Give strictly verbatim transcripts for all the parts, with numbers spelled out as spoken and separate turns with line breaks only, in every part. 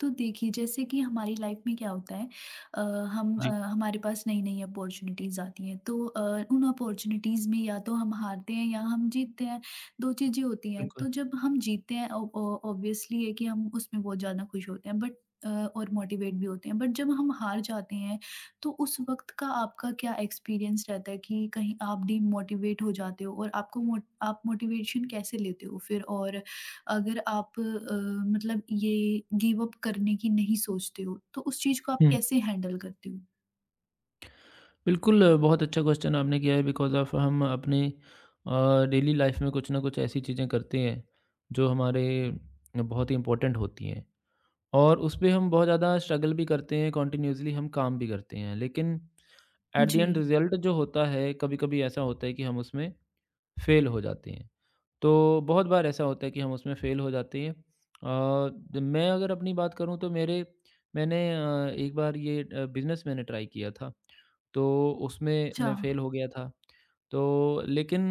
तो देखिए, जैसे कि हमारी लाइफ में क्या होता है। अ, हम अ,
जी,
हमारे पास नई-नई अपॉर्च्युनिटीज़ आती हैं, तो अ, उन अपॉर्च्युनिटीज़ में या तो हम हारते हैं या हम जीतते हैं, दो चीज़ें होती हैं।
बिल्कुल।
तो जब हम जीतते हैं ऑ ऑ ऑब्वियसली है कि हम उसमें बहुत ज़्यादा खुश होते हैं बट अ, और मोटिवेट भी होते हैं। बट जब हम हार जाते हैं, तो उस वक़्त का आपका क्या एक्सपीरियंस रहता है कि कहीं आप डीमोटिवेट हो जाते हो और आपको मोट आप मोटिवेशन कैसे लेते हो फिर और अगर आप अ, मतलब ये गिव अप करने की नहीं सोचते हो, तो उस चीज़ को आप
हुँ,
कैसे हैंडल करते हो?
बिल्कुल। अ, बहुत अच्छा क्वेश्चन आपने किया है बिकॉज़ ऑफ़ हम अपने अ, डेली लाइफ़ में कुछ न कुछ ऐसी चीज़ें करते हैं, जो हमारे बहुत ही इम्पोर्टेंट होती हैं और उस पे हम बहुत ज़्यादा स्ट्रगल भी करते हैं, कंटिन्यूअसली हम काम भी करते हैं। लेकिन एट द
जी।
एंड रिज़ल्ट जो होता है, कभी-कभी ऐसा होता है कि हम उसमें फ़ेल हो जाते हैं। तो बहुत बार ऐसा होता है कि हम उसमें फ़ेल हो जाते हैं। अ, द- मैं अगर अपनी बात करूँ तो मेरे मैंने अ, एक बार ये अ, बिज़नेस मैंने ट्राई किया था। तो उसमें
अच्छा।
मैं फ़ेल हो गया था। तो लेकिन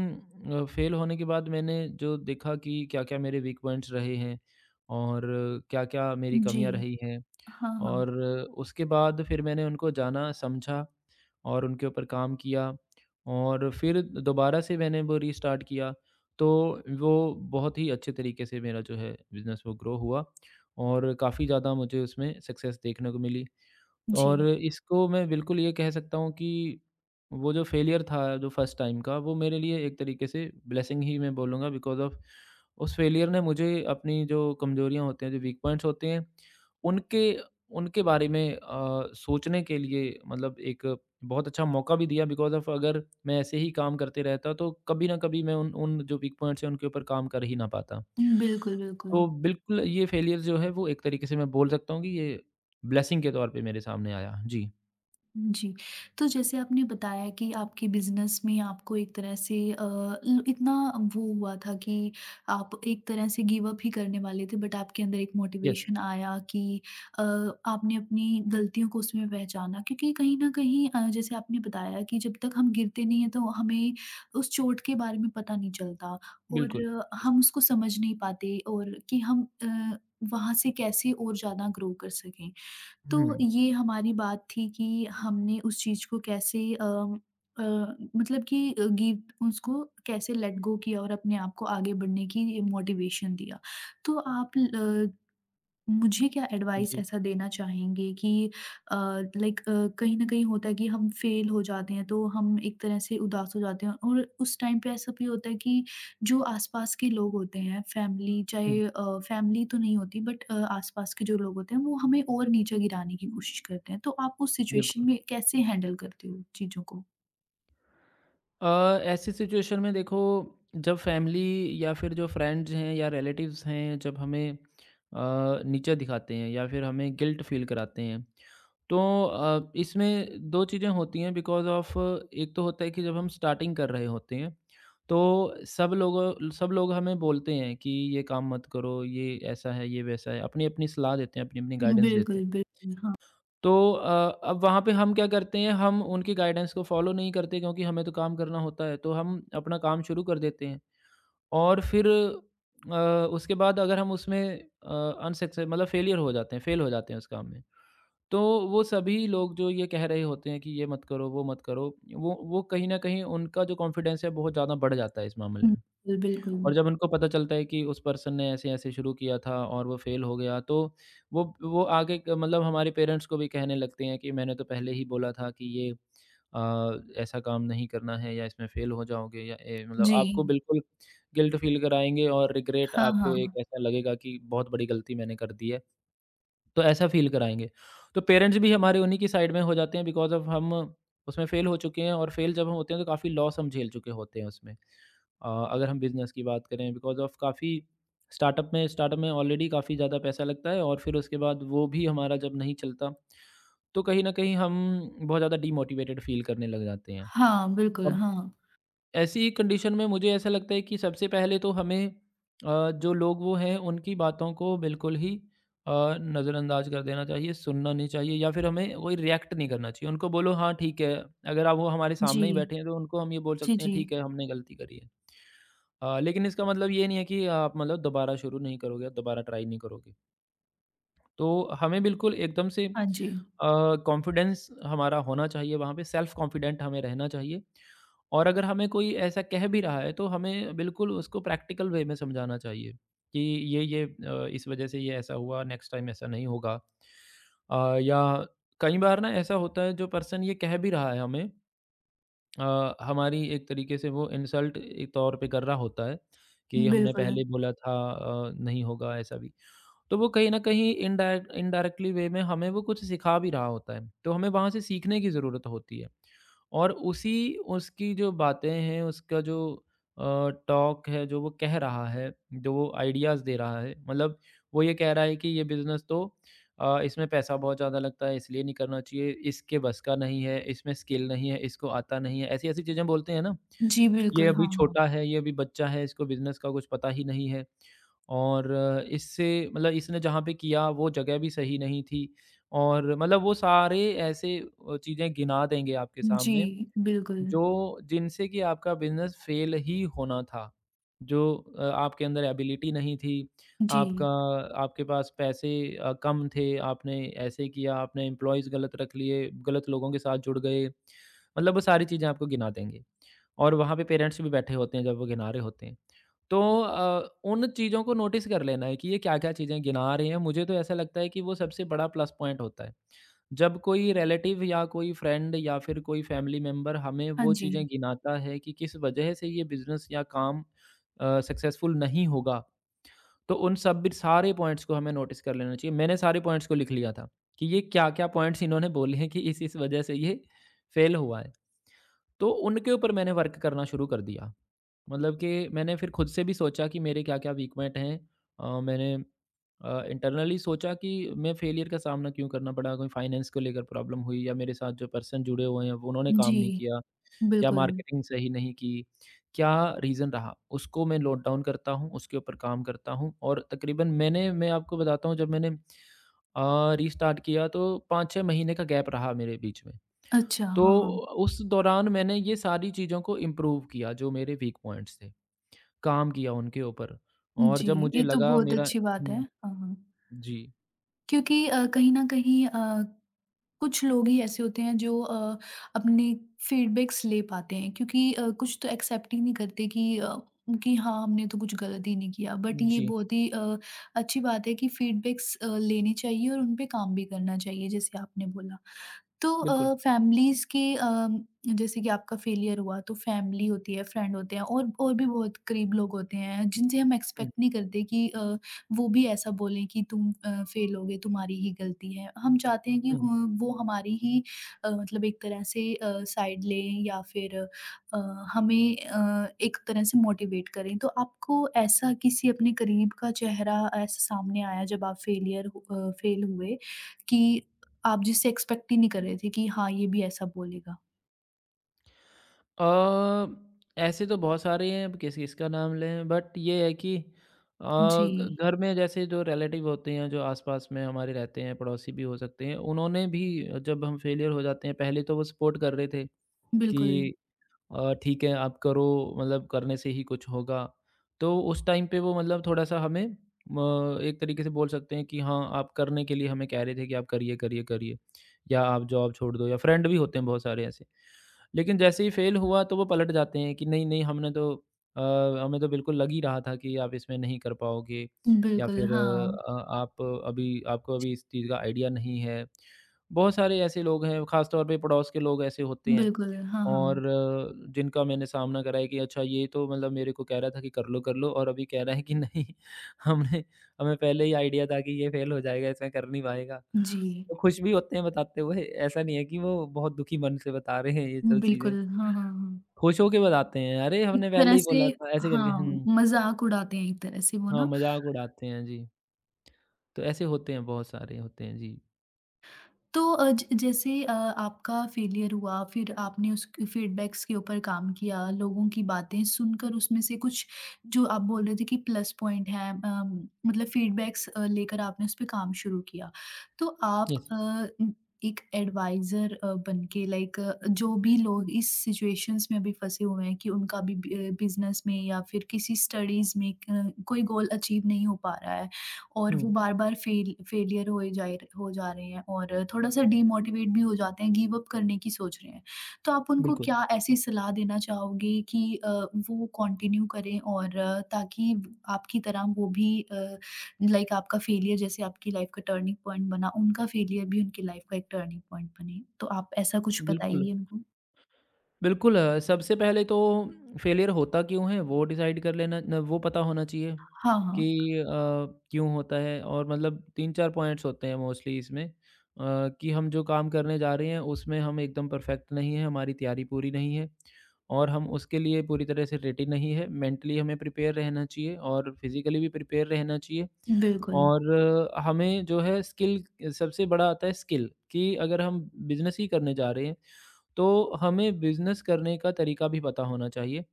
अ, फ़ेल होने के बाद मैंने जो देखा कि क्या-क्या मेरे वीक पॉइंट्स रहे हैं और क्या-क्या मेरी कमियाँ
जी।
रही हैं
हाँ, हाँ।
और उसके बाद फिर मैंने उनको जाना, समझा और उनके ऊपर काम किया और फिर दोबारा से मैंने वो रीस्टार्ट किया। तो वो बहुत ही अच्छे तरीके से मेरा जो है बिज़नेस वो ग्रो हुआ और काफ़ी ज़्यादा मुझे उसमें सक्सेस देखने को मिली। और
जी।
इसको मैं बिल्कुल ये कह सकता हूँ कि वो जो फेलियर था, जो फर्स्ट टाइम का, वो मेरे लिए एक तरीके से ब्लेसिंग ही मैं बोलूँगा बिकॉज़ ऑफ़ उस फेलियर ने मुझे अपनी जो कमजोरियाँ होती हैं, जो वीक पॉइंट्स होते हैं, उनके उनके बारे में अ, सोचने के लिए मतलब एक बहुत अच्छा मौका भी दिया बिकॉज़ ऑफ़ अगर मैं ऐसे ही काम करते रहता, तो कभी ना कभी मैं उन उन जो वीक पॉइंट्स हैं, उनके ऊपर काम कर ही ना पाता।
हुँ, बिल्कुल, बिल्कुल।
तो बिल्कुल ये फेलियर जो है, वो एक तरीके से मैं बोल सकता हूँ कि ये ब्लेसिंग के तौर पे मेरे सामने आया। जी,
जी। तो जैसे आपने बताया कि आपके बिज़नेस में आपको एक तरह से अ, ल इतना वो हुआ था कि आप एक तरह से गिव अप ही करने वाले थे बट आपके अंदर एक
यस,
मोटिवेशन आया कि अ, आपने अपनी गलतियों को उसमें पहचाना क्योंकि कहीं न कहीं अ, जैसे आपने बताया कि जब तक हम गिरते नहीं हैं तो हमें उस चोट के बारे में पता नहीं चलता और
बिल्कुल।
अ,
यस।
हम उसको समझ नहीं पाते और कि हम अ, वहाँ से कैसे और ज़्यादा ग्रो कर सकें।
हुँ,
तो ये हमारी बात थी कि हमने उस चीज़ को कैसे अ अ, मतलब कि अ, गिव उसको कैसे लेट गो किया और अपने आप को आगे बढ़ने की मोटिवेशन दिया। तो आप ल मुझे क्या एडवाइस
जी,
ऐसा देना चाहेंगे कि अ, लाइक अ, कहीं न कहीं होता है कि हम फ़ेल हो जाते हैं, तो हम एक तरह से उदास हो जाते हैं और उस टाइम पे ऐसा भी होता है कि जो आस-पास के लोग होते हैं, फैमिली
हुँ,
चाहे अ, फैमिली तो नहीं होती बट अ, आस-पास के जो लोग होते हैं, वो हमें और नीचे गिराने की कोशिश करते हैं। तो आप उस सिचुएशन
बिल्कुल।
में कैसे हैंडल करते हो चीज़ों को?
अ, ऐसी सिचुएशन में देखो जब फैमिली या फिर जो फ्रेंड्स हैं या रिलेटिव्स हैं जब हमें अ, नीचा दिखाते हैं या फिर हमें गिल्ट फ़ील कराते हैं, तो अ, इसमें दो चीज़ें होती हैं बिकॉज़ ऑफ़ एक तो होता है कि जब हम स्टार्टिंग कर रहे होते हैं, तो सब लोगों सब लोग हमें बोलते हैं कि ये काम मत करो, ये ऐसा है, ये वैसा है। अपनी-अपनी सलाह देते हैं, अपनी-अपनी गाइडेंस देते हैं।
बिल्कुल, बिल्कुल, हाँ।
तो अ, अब वहाँ पे हम क्या करते हैं, हम उनकी गाइडेंस को फ़ॉलो नहीं करते क्योंकि हमें तो काम करना होता है, तो हम अपना काम शुरू कर देते हैं और फिर अ, उसके बाद अगर हम उसमें अ, अनसक्से मतलब फेलियर हो जाते हैं, फेल हो जाते हैं उस काम में। तो वो सभी लोग जो ये कह रहे होते हैं कि ये मत करो, वो मत करो, वो वो कहीं न कहीं उनका जो कॉन्फिडेंस है बहुत ज़्यादा बढ़ जाता है इस मामले में।
बिल्कुल, बिल्कुल।
और जब उनको पता चलता है कि उस पर्सन ने ऐसे-ऐसे शुरू किया था और वो फ़ेल हो गया, तो वो वो आगे क मतलब हमारे पेरेंट्स को भी कहने लगते हैं कि मैंने तो पहले ही बोला था कि ये अ, ऐसा काम नहीं करना है या इसमें फ़ेल हो जाओगे या ए मतलब
जी।
आपको बिल्कुल गिल्ट फ़ील कराएँगे और रिग्रेट
हाँ,
आपको एक
हाँ।
ऐसा लगेगा कि बहुत बड़ी गलती मैंने कर दी है। तो ऐसा फ़ील कराएँगे। तो पेरेंट्स भी हमारे उन्हीं की साइड में हो जाते हैं बिकॉज़ ऑफ़ हम उसमें फ़ेल हो चुके हैं और फ़ेल जब हम होते हैं तो काफ़ी लॉस हम झेल चुके होते हैं उसमें। अ, अगर हम बिज़नेस की बात करें बिकॉज़ ऑफ़ काफ़ी स्टार्टअप में स्टार्टअप में ऑलरेडी काफ़ी ज़्यादा पैसा लगता है और फिर उसके बाद वो भी हमारा जब नहीं चलता, तो कहीं न कहीं हम बहुत ज़्यादा डीमोटिवेटेड फ़ील करने लग जाते हैं।
हाँ, बिल्कुल,
अब
हाँ।
ऐसी कंडीशन में मुझे ऐसा लगता है कि सबसे पहले तो हमें अ, जो लोग वो हैं उनकी बातों को बिल्कुल ही नज़रअंदाज कर देना चाहिए, सुनना नहीं चाहिए या फिर हमें कोई रिएक्ट नहीं करना चाहिए। उनको बोलो हाँ ठीक है, अगर आप वो हमारे
जी।
सामने ही बैठे हैं तो उनको हम ये बोल
जी,
सकते हैं
जी।
ठीक है हमने गलती करी है। अ, लेकिन इसका मतलब ये नहीं है कि आप मतलब दोबारा शुरू नहीं करोगे, दोबारा ट्राई नहीं करोगे। तो हमें बिल्कुल एकदम से
हाँ जी।
कॉन्फिडेंस हमारा होना चाहिए, वहाँ पे सेल्फ कॉन्फिडेंट हमें रहना चाहिए और अगर हमें कोई ऐसा कह भी रहा है तो हमें बिल्कुल उसको प्रैक्टिकल वे में समझाना चाहिए कि ये ये अ, इस वजह से ये ऐसा हुआ, नेक्स्ट टाइम ऐसा नहीं होगा। अ, या कई बार ना ऐसा होता है जो पर्सन ये कह भी रहा है हमें अ, हमारी एक तरीके से वो इंसल्ट तौर पे कर रहा होता है कि हमने
बिल्कुल।
पहले बोला था अ, नहीं होगा ऐसा भी, तो वो कहीं न कहीं इनडायरेक्ट इनडायरेक्टली वे में हमें वो कुछ सिखा भी रहा होता है। तो हमें वहाँ से सीखने की ज़रूरत होती है और उसी उसकी जो बातें हैं, उसका जो अ, टॉक है, जो वो कह रहा है, जो वो आइडियाज़ दे रहा है, मतलब वो ये कह रहा है कि ये बिज़नेस तो अ, इसमें पैसा बहुत ज़्यादा लगता है, इसलिए नहीं करना चाहिए, इसके बस का नहीं है, इसमें स्किल नहीं है, इसको आता नहीं है, ऐसी-ऐसी चीज़ें बोलते हैं ना।
जी,
ये
बिल्कुल,
अभी
हाँ, हाँ।
छोटा है, ये अभी बच्चा है, इसको बिज़नेस का कुछ पता ही नहीं है और अ, इससे मतलब इसने जहाँ पे किया वो जगह भी सही नहीं थी और मतलब वो सारे ऐसे अ, चीज़ें गिना देंगे आपके
जी,
सामने
बिल्कुल।
जो जिनसे कि आपका बिज़नेस फ़ेल ही होना था। जो अ, आपके अंदर एबिलिटी नहीं थी, आपका
जी,
आपके पास पैसे अ, कम थे, आपने ऐसे किया, आपने एम्प्लॉइज़ गलत रख लिए, गलत लोगों के साथ जुड़ गए, मतलब वो सारी चीज़ें आपको गिना देंगे। और वहाँ पे पेरेंट्स भी बैठे होते हैं जब वो गिना रहे होते हैं। तो अ, उन चीज़ों को नोटिस कर लेना है कि ये क्या-क्या चीज़ें गिना रहे हैं। मुझे तो ऐसा लगता है कि वो सबसे बड़ा प्लस पॉइंट होता है। जब कोई रिलेटिव या कोई फ्रेंड या फिर कोई फैमिली मेंबर हमें
हाँ
वो
जी।
चीज़ें गिनाता है कि किस वजह से ये बिज़नेस या काम अ, सक्सेसफुल नहीं होगा, तो उन सब भी- सारे पॉइंट्स को हमें नोटिस कर लेना चाहिए। मैंने सारे पॉइंट्स को लिख लिया था कि ये क्या-क्या पॉइंट्स इन्होंने बोले हैं कि इस-इस वजह से ये फेल हुआ है। तो उनके ऊपर मैंने वर्क करना शुरू कर दिया। मतलब कि मैंने फिर खुद से भी सोचा कि मेरे क्या-क्या वीक पॉइंट हैं। अ, मैंने अ, इंटरनली सोचा कि मैं फेलियर का सामना क्यों करना पड़ा, कोई फाइनेंस को लेकर प्रॉब्लम हुई या मेरे साथ जो पर्सन जुड़े हुए हैं वो उन्होंने काम
जी,
नहीं किया या
बिल्कुल।
मार्केटिंग सही नहीं की। क्या रीज़न रहा, उसको मैं नोट डाउन करता हूँ, उसके ऊपर काम करता हूँ और तकरीबन मैंने मैं आपको बताता हूँ जब मैंने अ, रीस्टार्ट किया तो पाँच छह महीने का गैप रहा मेरे बीच में।
अच्छा,
तो
हाँ, हाँ।
उस दौरान मैंने ये सारी चीज़ों को इम्प्रूव किया जो मेरे वीक पॉइंट्स थे। काम किया उनके ऊपर और
जी,
जब मुझे
ये तो
लगा
बहुत
मेरा।
अच्छी बात है।
हुँ,
हाँ, हाँ।
जी।
क्योंकि अ, कहीं न कहीं अ, कुछ लोग ही ऐसे होते हैं जो अ, अपने फीडबैक्स ले पाते हैं क्योंकि अ, कुछ तो एक्सेप्ट ही नहीं करते कि अ, कि हाँ, हमने तो कुछ गलत ही नहीं किया। बट ये
जी,
बहुत ही अ, अच्छी बात है कि फीडबैक्स अ, लेने चाहिए और उन पे काम भी करना चाहिए, जैसे आपने बोला। तो अ,
बिल्कुल।
फैमिलीज़ की अम, जैसे कि आपका फेलियर हुआ तो फैमिली होती है, फ्रेंड होते हैं और और भी बहुत करीब लोग होते हैं जिनसे हम
हुँ,
एक्सपेक्ट नहीं करते कि अ, वो भी ऐसा बोलें कि तुम अ, फेल हो गए, तुम्हारी ही गलती है। हम चाहते हैं कि अ,
हुँ।
वो हमारी ही अ, मतलब एक तरह से अ, साइड लें या फिर अ, हमें अ, एक तरह से मोटिवेट करें। तो आपको ऐसा किसी अपने करीब का चेहरा ऐसा सामने आया जब आप फेलियर हु अ, फेल हुए कि आप जिससे एक्सपेक्ट ही नहीं कर रहे थे कि हाँ, ये भी ऐसा बोलेगा।
अ, ऐसे तो बहुत सारे हैं, अब किस-किसका नाम लें बट ये है कि अ,
जी,
घ घर में जैसे जो रिलेटिव होते हैं, जो आस-पास में हमारे रहते हैं, पड़ोसी भी हो सकते हैं, उन्होंने भी जब हम फेलियर हो जाते हैं, पहले तो वो सपोर्ट कर रहे थे कि
बिल्कुल।
अ, ठीक है आप करो मतलब करने से ही कुछ होगा। तो उस टाइम पे वो मतलब थोड़ा-सा हमें म एक तरीके से बोल सकते हैं कि हाँ, आप करने के लिए हमें कह रहे थे कि आप करिए, करिए, करिए या आप जॉब छोड़ दो या फ्रेंड भी होते हैं बहुत सारे ऐसे। लेकिन जैसे ही फ़ेल हुआ तो वो पलट जाते हैं कि नहीं, नहीं हमने तो अ, हमें तो बिल्कुल लग ही रहा था कि आप इसमें नहीं कर पाओगे या
बिल्कुल,
फिर
हाँ।
अ, आप अभी आपको अभी इस चीज़ का आइडिया नहीं है। बहुत सारे ऐसे लोग हैं, ख़ास तौर पे पड़ोस के लोग ऐसे होते हैं
बिल्कुल, हाँ,
और
हाँ।
अ, जिनका मैंने सामना करा है कि अच्छा ये तो मतलब मेरे को कह रहा था कि कर लो, कर लो और अभी कह रहा है कि नहीं। हमने हमें पहले ही आइडिया था कि ये फेल हो जाएगा, इसमें कर नहीं पाएगा।
जी,
तो खुश भी होते हैं बताते हुए, ऐसा नहीं है कि वो बहुत दुखी मन से बता रहे हैं ये सब
बिल्कुल।
चीज़ें।
हाँ, हाँ, हाँ।
खुश होके बताते हैं, अरे
एक
हमने पहले
तरह
ही
से
बोला था ऐसे करके।
हाँ,
हुँ,
मज़ाक उड़ाते हैं एक तरह से वो
हाँ,
ना।
मज़ाक उड़ाते हैं जी। तो ऐसे होते हैं बहुत सारे होते हैं जी।
तो अ, ज जैसे अ, आपका फेलियर हुआ, फिर आपने उस फीडबैक्स के ऊपर काम किया, लोगों की बातें सुनकर उसमें से कुछ जो आप बोल रहे थे कि प्लस पॉइंट हैं, अम, मतलब फीडबैक्स अ, लेकर आपने उस पे काम शुरू किया। तो आप
यस।
अ, उम, एक एडवाइज़र अ, बन के लाइक जो भी लोग इस सिचुएशंस में अभी फँसे हुए हैं कि उनका भी बि अ, बिज़नेस में या फिर किसी स्टडीज़ में अ, कोई गोल अचीव नहीं हो पा रहा है। और
हुँ,
वो बार-बार फ़ेल फ़ेलियर होए जाए हो जा रहे हैं और थोड़ा-सा डीमोटिवेट भी हो जाते हैं, गिव अप करने की सोच रहे हैं। तो आप उनको
बिल्कुल,
क्या ऐसी सलाह देना चाहोगे कि अ, वो कंटिन्यू करें और अ, ताकि आपकी तरह वो भी अ, लाइक आपका फ़ेलियर जैसे आपकी लाइफ़ का टर्निंग पॉइंट बना, उनका फ़ेलियर भी उनकी लाइफ़ का एक टर्निंग पॉइंट बने? तो आप ऐसा कुछ
बिल्कुल।
बताइए उनको।
बिल्कुल अ, सबसे पहले तो फेलियर होता क्यों है वो डिसाइड कर लेना न, वो पता होना चाहिए
हाँ,
कि
हाँ।
अ, क्यों होता है और मतलब तीन चार पॉइंट्स होते हैं मोस्टली इसमें अ, कि हम जो काम करने जा रहे हैं उसमें हम एकदम परफेक्ट नहीं है हमारी तैयारी पूरी नहीं है और हम उसके लिए पूरी तरह से रेडी नहीं है। मेंटली हमें प्रिपेयर रहना चाहिए और फिजिकली भी प्रिपेयर रहना चाहिए।
बिल्कुल।
और अ, हमें जो है स्किल सबसे बड़ा आता है स्किल कि अगर हम बिजनेस ही करने जा रहे हैं तो हमें बिज़नेस करने का तरीका भी पता होना चाहिए।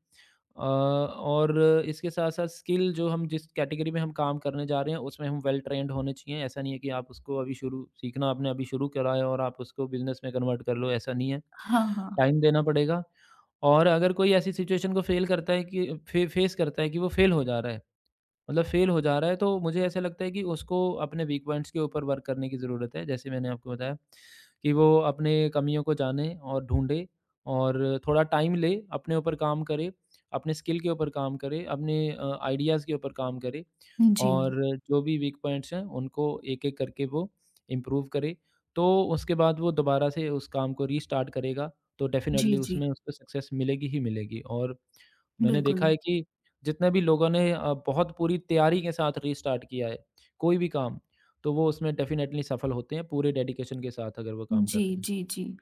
अ, और इसके साथ-साथ स्किल जो हम जिस कैटेगरी में हम काम करने जा रहे हैं, उसमें हम वेल ट्रेन्ड होने चाहिए। ऐसा नहीं है कि आप उसको अभी शुरू सीखना आपने अभी शुरू करा है और आप उसको बिज़नेस में कन्वर्ट कर लो, ऐसा नहीं है।
हाँ, हाँ।
टाइम देना पड़ेगा। और अगर कोई ऐसी सिचुएशन को फ़ेल करता है कि फ़े फ़ेस करता है कि वो फ़ेल हो जा रहा है, मतलब फेल हो जा रहा है, तो मुझे ऐसा लगता है कि उसको अपने वीक पॉइंट्स के ऊपर वर्क करने की ज़रूरत है। जैसे मैंने आपको बताया कि वो अपने कमियों को जाने और ढूँढे और थोड़ा टाइम ले, अपने ऊपर काम करे, अपने स्किल के ऊपर काम करे, अपने अ, आइडियाज़ के ऊपर काम करे
जी।
और जो भी वीक पॉइंट्स हैं उनको एक-एक करके वो इम्प्रूव करे। तो उसके बाद वो दोबारा से उस काम को रीस्टार्ट करेगा, तो
जी,
डेफ़िनेटली
जी।
उसमें उसको सक्सेस मिलेगी ही मिलेगी। और मैंने देखा
बिल्कुल।
है कि जितने भी लोगों ने अ, बहुत पूरी तैयारी के साथ रीस्टार्ट किया है कोई भी काम, तो वो उसमें डेफ़िनेटली सफल होते हैं, पूरे डेडिकेशन के साथ अगर वो काम कर रहे
जी,
हैं।
जी, जी।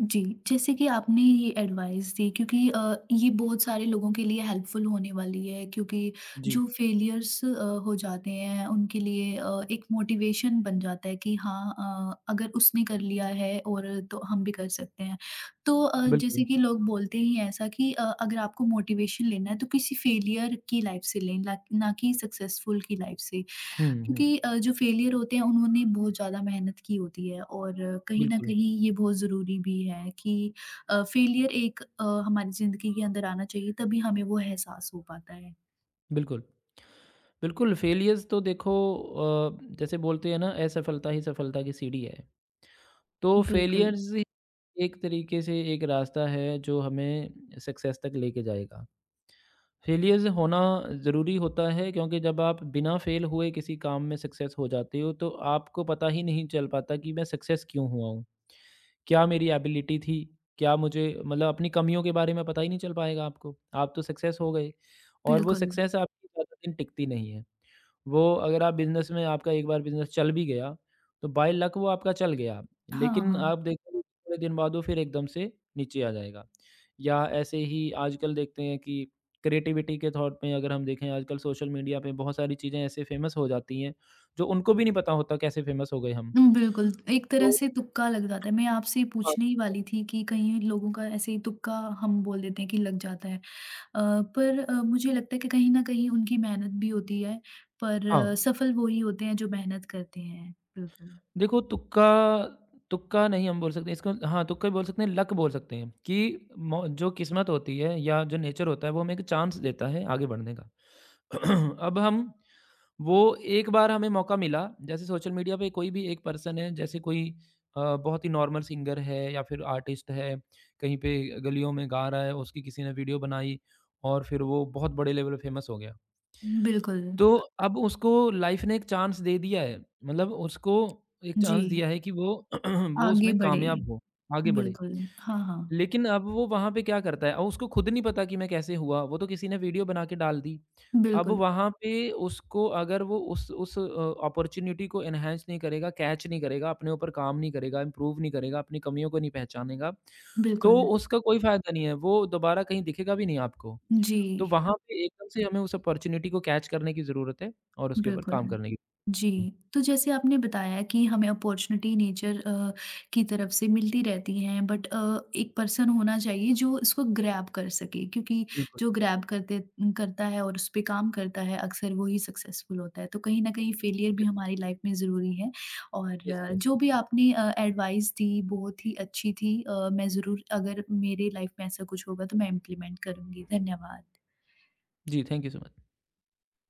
जी, जैसे कि आपने ये एडवाइस दी क्योंकि अ, ये बहुत सारे लोगों के लिए हेल्पफुल होने वाली है क्योंकि
जी,
जो फेलियर्स अ, हो जाते हैं उनके लिए अ, एक मोटिवेशन बन जाता है कि हाँ अ, अगर उसने कर लिया है और तो हम भी कर सकते हैं। तो अ,
बिल्कुल।
जैसे कि लोग बोलते ही हैं ऐसा कि अ, अगर आपको मोटिवेशन लेना है तो किसी फेलियर की लाइफ से लें, ना ना कि सक्सेसफुल की लाइफ से।
हुँ, हुँ।
क्योंकि अ, जो फेलियर होते हैं उन्होंने बहुत ज़्यादा मेहनत की होती है और कहीं न
बिल्कुल,
कहीं ये बहुत ज़रूरी भी है कि अ, फेलियर एक अ, हमारी ज़िंदगी के अंदर आना चाहिए तभी हमें वो एहसास हो पाता है।
बिल्कुल। बिल्कुल, फेलियर्स तो देखो अ, जैसे बोलते हैं ना असफलता ही सफलता की सीढ़ी है। तो
बिल्कुल,
फेलियर्स एक तरीके से एक रास्ता है जो हमें सक्सेस तक लेके जाएगा। फेलियर्स होना ज़रूरी होता है, क्योंकि जब आप बिना फेल हुए किसी काम में सक्सेस हो जाते हो तो आपको पता ही नहीं चल पाता कि मैं सक्सेस क्यों हुआ हूँ। क्या मेरी एबिलिटी थी? क्या मुझे मतलब अपनी कमियों के बारे में पता ही नहीं चल पाएगा आपको। आप तो सक्सेस हो गए और वो
बिल्कुल।
सक्सेस आपकी ज़्यादा दिन टिकती नहीं है। वो अगर आप बिज़नेस में आपका एक बार बिज़नेस चल भी गया, तो बाय लक वो आपका चल गया,
हाँ,
लेकिन
हाँ।
आप देखोगे कि थोड़े दिन बाद वो फिर एकदम से नीचे आ जाएगा। या ऐसे ही आजकल देखते हैं कि क्रिएटिविटी के तौर पे अगर हम देखें आजकल सोशल मीडिया पे बहुत सारी चीज़ें ऐसे फ़ेमस हो जाती हैं, जो उनको भी नहीं पता होता कैसे फ़ेमस हो गए हम।
हुँ, बिल्कुल, एक तरह
तो
से तुक्का लग जाता है। मैं आपसे
हाँ,
पूछने ही वाली थी कि कहीं लोगों का ऐसे ही तुक्का हम बोल देते हैं कि लग जाता है। अ, पर अ, मुझे लगता है कि कहीं न कहीं उनकी मेहनत भी होती है, पर
हाँ।
अ, सफल वो ही होते हैं जो मेहनत करते हैं। बिल्कुल।
देखो तुक्का तुक्का नहीं हम बोल सकते इसको, हाँ, तुक्का ही बोल सकते हैं, लक बोल सकते हैं कि मौ जो किस्मत होती है या जो नेचर होता है वो हमें एक चांस देता है आगे बढ़ने का। अब हम वो एक बार हमें मौका मिला, जैसे सोशल मीडिया पे कोई भी एक पर्सन है, जैसे कोई अ, बहुत ही नॉर्मल सिंगर है या फिर आर्टिस्ट है, कहीं पे गलियों में गा रहा है, उसकी किसी ने वीडियो बनाई और फिर वो बहुत बड़े लेवल पे फेमस हो गया।
बिल्कुल,
तो अब उसको लाइफ ने एक चांस दे दिया है। मतलब उसको एक चांस
जी,
दिया है कि वो वो
आगे
उसमें
बढ़े।
कामयाब हो, आगे बढ़े।
बिल्कुल, हाँ, हाँ।
लेकिन अब वो वहाँ पे क्या करता है? अब उसको खुद नहीं पता कि मैं कैसे हुआ, वो तो किसी ने वीडियो बना के डाल दी। अब
बिल्कुल,
वहाँ पे उसको अगर वो उस उस अ, अपॉर्च्युनिटी को एनहांस नहीं करेगा, कैच नहीं करेगा, अपने ऊपर काम नहीं करेगा, इम्प्रूव नहीं करेगा, अपनी कमियों को नहीं पहचानेगा, तो
बिल्कुल,
उसका कोई फ़ायदा नहीं है। वो दोबारा कहीं दिखेगा भी नहीं आपको।
जी।
तो वहाँ पे एकदम से हमें उस अपॉर्च्युनिटी को कैच करने की ज़रूरत है और उसके ऊपर काम
बिल्कुल।
करने की।
जी,
जी,
तो जैसे आपने बताया कि हमें अपॉर्च्युनिटी नेचर अ, की तरफ से मिलती रहती हैं बट अ, एक पर्सन होना चाहिए जो इसको ग्रैब कर सके क्योंकि
बिल्कुल,
जो
बिल्कुल।
ग्रैब करते करता है और उस पे काम करता है अक्सर वो ही सक्सेसफुल होता है। तो कहीं न कहीं फेलियर भी
यस,
हमारी लाइफ में ज़रूरी है और
यस,
अ,
यस।
जो भी आपने अ, एडवाइस दी बहुत ही अच्छी थी। अ, मैं ज़रूर अगर मेरे लाइफ में ऐसा कुछ होगा तो मैं इम्प्लीमेंट करूँगी। धन्यवाद।
जी, थैंक यू सो मच।